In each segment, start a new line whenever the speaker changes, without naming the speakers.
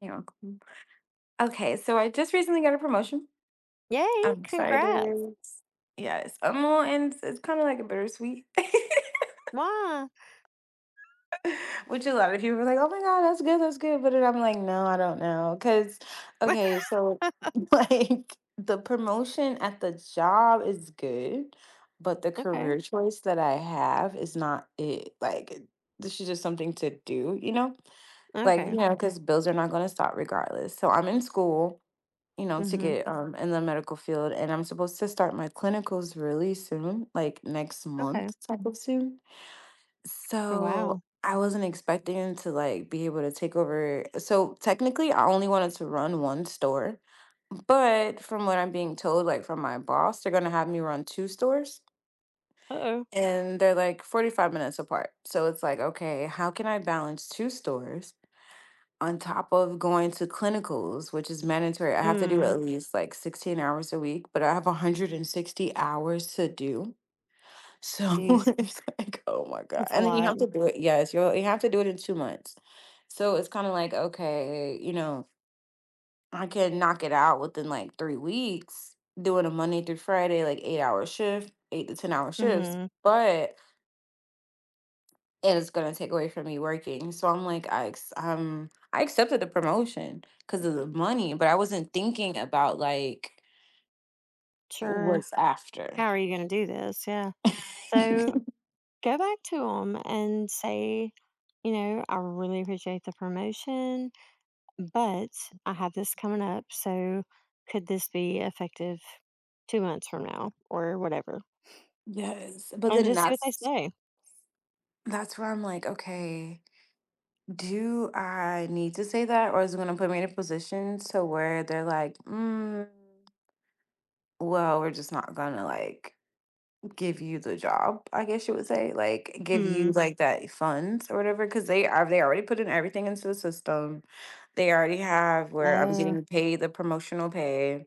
You're welcome. Okay, so I just recently got a promotion.
Yay,
I'm
congrats.
excited. Yes, am and it's kind of like a bittersweet,
Wow.
which a lot of people are like, "Oh my God, that's good," but then I'm like, "No, I don't know," because okay, so like the promotion at the job is good, but the
Okay,
career choice that I have is not it. Like this is just something to do, Like you
okay.
know, because bills are not going to stop regardless. So I'm in school. To
Mhm,
get in the medical field, and I'm supposed to start my clinicals really soon, like next
okay.
month type of soon.
Oh,
So
wow.
I wasn't expecting to like be able to take over. So technically I only wanted to run one store, but from what I'm being told, like from my boss, they're gonna have me run two stores,
Uh-oh.
and they're like 45 minutes apart. So it's like, okay, how can I balance two stores on top of going to clinicals, which is mandatory. I have to do
Mm,
at least like 16 hours a week, but I have 160 hours to do. So
jeez.
it's like, oh my God.
That's a
And then you
lot.
have to do it. Yes, you have to do it in 2 months. So it's kind of like, okay, I can knock it out within like 3 weeks, doing a Monday through Friday, like 8 hour shift, eight to 10 hour shifts.
Mhm.
But it's gonna take away from me working. So I'm like, I accepted the promotion because of the money, but I wasn't thinking about like
Sure.
what's after.
How are you gonna do this? Yeah. So, go back to them and say, you know, "I really appreciate the promotion, but I have this coming up, so could this be effective 2 months from now?" Or whatever,
Yes, but
and
then
just see what they
that's
say.
that's where I'm like, okay, do I need to say that, or is it gonna put me in a position to where they're like, mm, well, we're just not gonna like give you the job, I guess you would say, like give
Hmm.
you like that funds or whatever, because they already put in everything into the system. They already have where I'm
Oh,
getting paid the promotional pay.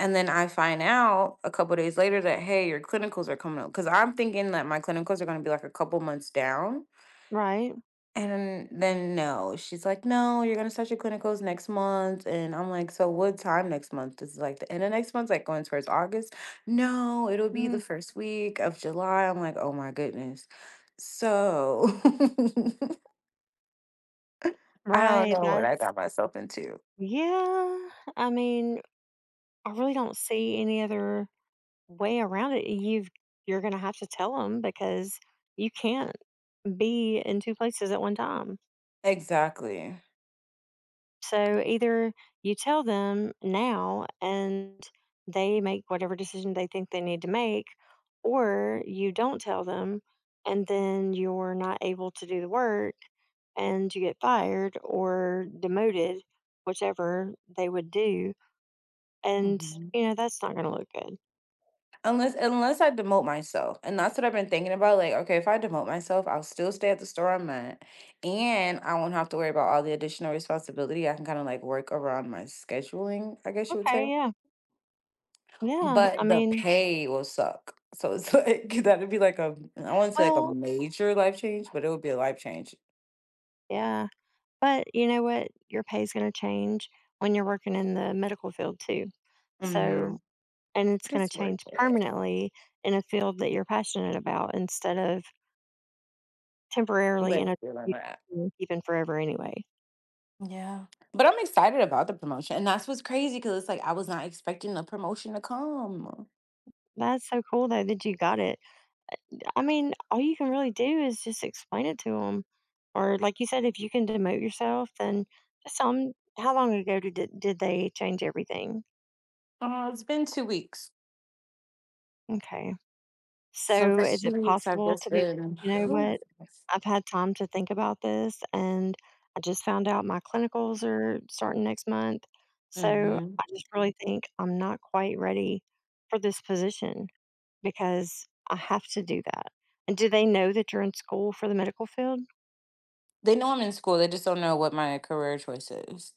And then I find out a couple days later that hey, your clinicals are coming up. Cause I'm thinking that my clinicals are gonna be like a couple months down.
right.
And then no, she's like, no, you're gonna start your clinicals next month. And I'm like, so what time next month? This is like the end of next month, like going towards August. No, it'll be the
Mhm.
first week of July. I'm like, oh my goodness. So I don't
Right,
know what I
that's
got myself into.
yeah, I mean, I really don't see any other way around it. You're gonna have to tell them because you can't be in 2 places at one time.
Exactly.
So, either you tell them now and they make whatever decision they think they need to make, or you don't tell them and then you're not able to do the work and you get fired or demoted, whichever they would do. And, you know, that's not going to look good.
Unless I demote myself. And that's what I've been thinking about. Like, okay, if I demote myself, I'll still stay at the store I'm at. And I won't have to worry about all the additional responsibility. I can kind of like work around my scheduling, I guess you would say.
Okay, yeah. Yeah. I
But the
mean,
pay will suck. So it's like that'd be like a I wouldn't say like a
well,
major life change, but it would be a life change.
yeah. But you know what? Your pay is going to change when you're working in the medical field too.
Mm-hmm.
So, and it's
But
going
it's
to
worth
change
it.
permanently in a field that you're passionate about instead of temporarily in
Like
a
feeling that.
even forever anyway.
Yeah. But I'm excited about the promotion. And that's what's crazy because it's like I was not expecting the promotion to come.
That's so cool though that you got it. I mean, all you can really do is just explain it to them, or like you said, if you can demote yourself, then just tell 'em, how long ago did they change everything?
It's been 2 weeks.
Okay,
So
so
for
is
two
it
weeks, I've
possible
just
to be?
been.
You know what? I've had time to think about this, and I just found out my clinicals are starting next month, so
Hmm.
I just really think I'm not quite ready for this position because I have to do that. And do they know that you're in school for the medical field?
They know I'm in school. They just don't know what my career choice is.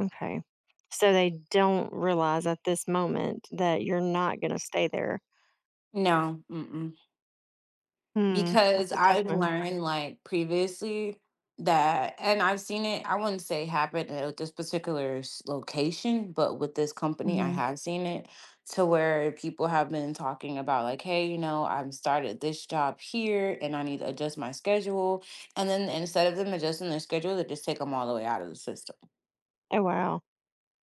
Okay. So they don't realize at this moment that you're not going to stay there.
No. Mm-mm.
Hmm.
Because
That's a tough
I've
one.
learned like previously that, and I've seen it, I wouldn't say happen at this particular s- location, but with this company, I
Hmm.
have seen it to where people have been talking about, like, hey, you know, I've started this job here and I need to adjust my schedule. And then instead of them adjusting their schedule, they just take them all the way out of the system.
Oh, wow.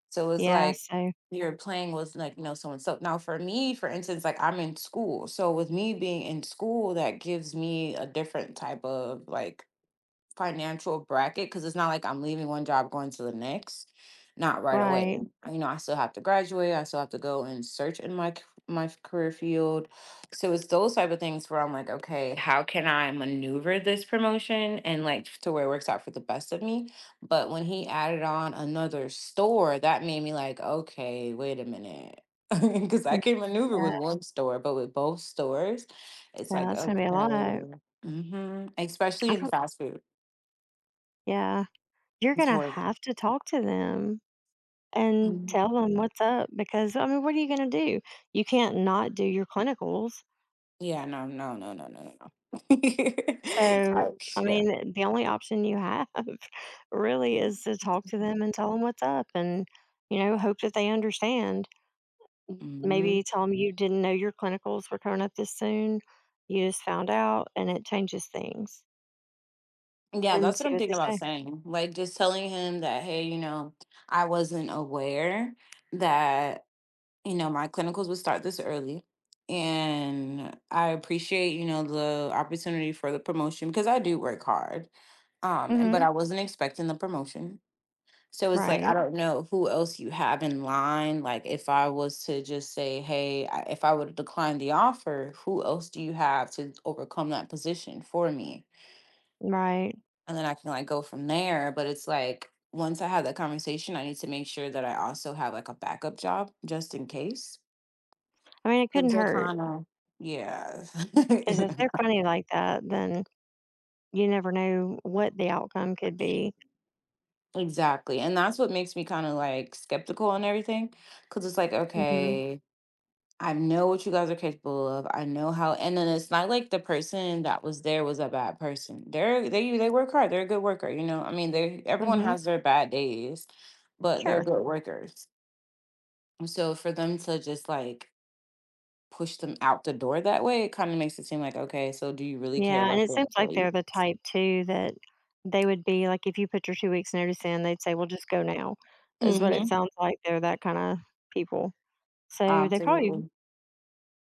So it was
Yeah.
like
So,
you're playing with like, you know, so and so. Now for me, for instance, like I'm in school. So with me being in school, that gives me a different type of like financial bracket because it's not like I'm leaving one job going to the next. Not right away.
right.
You know, I still have to graduate. I still have to go and search in my c- my f- career field. So it's those type of things where I'm like, okay, how can I maneuver this promotion and like to where it works out for the best of me? But when he added on another store, that made me like, okay, wait a minute. Because I can maneuver
Yeah.
with one store, but with both stores, it's
Yeah.
like,
That's going to be a
okay.
lot.
Hmm. Especially
I
in
don't,
fast food.
yeah. You're
It's
going to
horrible.
have to talk to them and tell
Mhm.
them what's up because, I mean, what are you going to do? You can't not do your clinicals.
Yeah, no, no, no, no, no, no, no.
So,
Like,
I
yeah.
mean, the only option you have really is to talk to them and tell them what's up and, you know, hope that they understand.
Hmm.
Maybe tell them you didn't know your clinicals were coming up this soon. You just found out, and it changes things,
Yeah,
and
that's what
see
I'm
what
thinking
they
about
say.
saying. Like, just telling him that, hey, I wasn't aware that, my clinicals would start this early. And I appreciate, the opportunity for the promotion because I do work hard. And But I
Mhm.
wasn't expecting the promotion. So it's like I
Right.
don't know who else you have in line. Like if I was to just say, "Hey," if I would decline the offer, who else do you have to overcome that position for me?
Right.
And then I can like go from there. But it's like once I have that conversation, I need to make sure that I also have like a backup job just in case.
I mean, it
Because
couldn't
they're
hurt
kind
hurt.
of yeah,
Because if they're funny like that, then you never know what the outcome could be.
exactly. And that's what makes me kind of like skeptical and everything. Because it's like
Mhm.
okay, I know what you guys are capable of. I know how, and then it's not like the person that was there was a bad person. They they work hard. They're a good worker. You know, I mean, they everyone
Mhm.
has their bad days, but they're
Sure.
good workers. And so for them to just like push them out the door that way, it kind of makes it seem like okay, so do you really care
Yeah, and
about
it
the
seems like
employee?
they're the type too that they would be like, if you put your 2 weeks notice in, they'd say, "Well, just go now," is what it
Mm-hmm.
sounds like. They're that kinda people. So, they probably
Absolutely.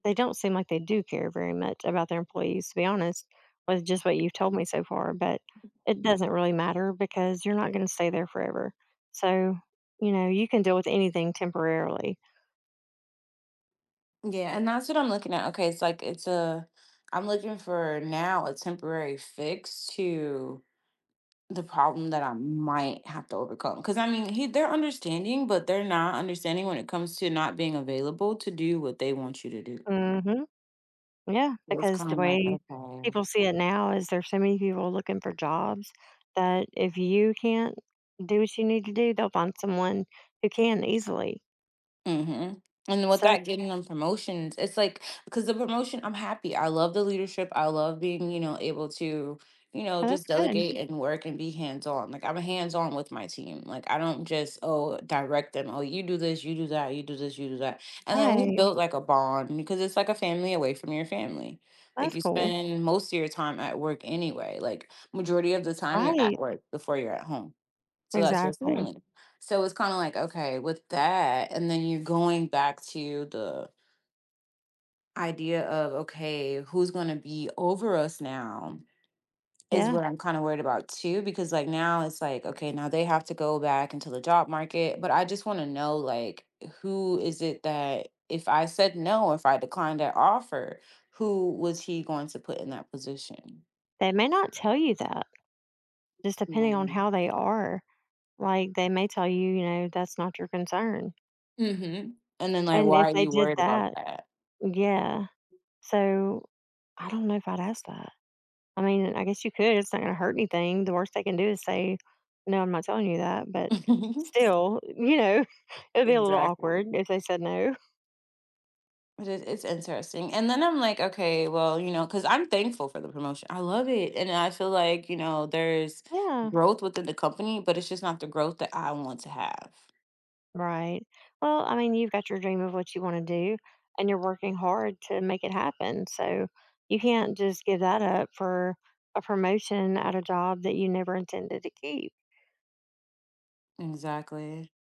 They don't seem like they do care very much about their employees, to be honest, with just what you've told me so far, but it doesn't really matter because you're not gonna stay there forever. So, you know, you can deal with anything temporarily.
Yeah, and that's what I'm looking at. Okay, it's like it's a. I'm looking for now a temporary fix to the problem that I might have to overcome. Because I mean, he, they're understanding, but they're not understanding when it comes to not being available to do what they want you to do.
Mhm. Yeah,
It's
because
kind
the
of like,
way
okay.
people see it now is there's so many people looking for jobs that if you can't do what you need to do, they'll find someone who can easily.
Hmm. And
So,
without getting them promotions, it's like because the promotion, I'm happy. I love the leadership. I love being, able to,
oh,
just
that's good.
delegate and work and be hands on. Like I'm hands on with my team. Like I don't just oh direct them. Oh, you do this, you do that, you do this, you do that. And then we
Right.
built like a bond because it's like a family away from your family. Like
That's
you
cool.
spend most of your time at work anyway. Like majority of the time you're at
Right.
work before you're at home. So that's your
Exactly.
feeling. So it's kind of like, okay, with that, and then you're going back to the idea of, okay, who's going to be over us now is
Yeah.
what I'm kind of worried about too, because like now it's like, okay, now they have to go back into the job market. But I just want to know, like, who is it that if I said no, if I declined that offer, who was he going to put in that position?
They may not tell you that, just depending on
Mm-hmm.
how they are. Like, they may tell you, you know, "That's not your concern."
And then, like,
And if
why are
they
you
did
worried about
that
that?
yeah. So, I don't know if I'd ask that. I mean, I guess you could, it's not gonna hurt anything. The worst they can do is say, "No, I'm not telling you that," but still, you know, it'd be a little awkward
Exactly.
if they said no.
But it's interesting. And then I'm like, okay, well, because I'm thankful for the promotion. I love it. And I feel like, you know, there's
Yeah.
growth within the company, but it's just not the growth that I want to have.
Right. Well, I mean, you've got your dream of what you want to do and you're working hard to make it happen. So you can't just give that up for a promotion at a job that you never intended to keep.
Exactly. And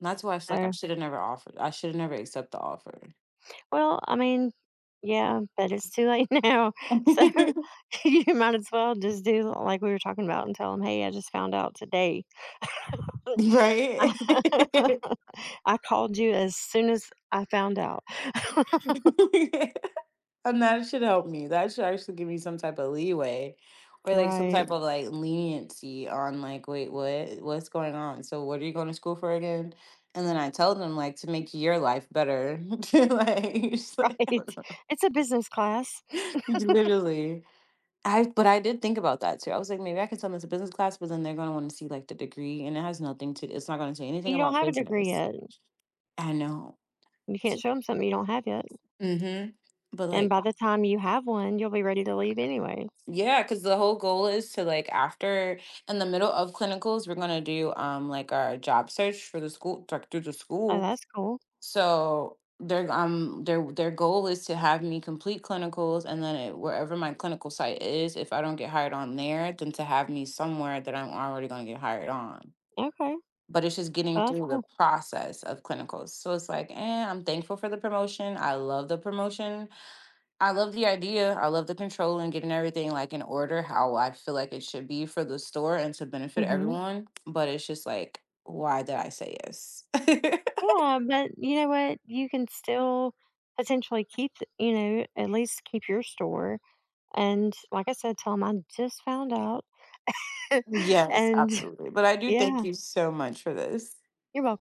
that's why I feel like I
So,
should have never offered. I should have never accepted the offer.
well, I mean, yeah, but it's too late now. So you might as well just do like we were talking about and tell them, hey, I just found out today. I, I called you as soon as I found out.
Right? And that should help me. That should actually give me some type of leeway or like some
Right.
type of like leniency on like, wait, what's going on? So what are you going to school for again? And then I tell them like to make your life better. Like, it's like-
Right. It's a business class.
literally. I did think about that too. I was like, maybe I can tell them it's a business class, but then they're gonna want to see like the degree and it has nothing to it's not gonna say anything
You don't
about
have a degree
business.
yet.
I know.
You can't show them something you don't have yet,
Mm-hmm. But
and
like
by the time you have one, you'll be ready to leave anyway.
yeah, because the whole goal is to like after in the middle of clinicals, we're gonna do like our job search for the school like through the
Oh,
school.
that's cool.
So their goal is to have me complete clinicals and then it, wherever my clinical site is, if I don't get hired on there, then to have me somewhere that I'm already gonna get hired on.
Okay.
But it's just getting
Oh, that's
through the
cool.
process of clinicals. So it's like, eh, I'm thankful for the promotion. I love the promotion. I love the idea. I love the control and getting everything like in order how I feel like it should be for the store and to benefit
Mhm.
everyone. But it's just like, why did I say yes?
Yeah, but you know what? You can still potentially keep th you know, at least keep your store, and like I said, tell them I just found out,
Yes,
and
absolutely. But I do thank
Yeah.
you so much for this.
You're welcome.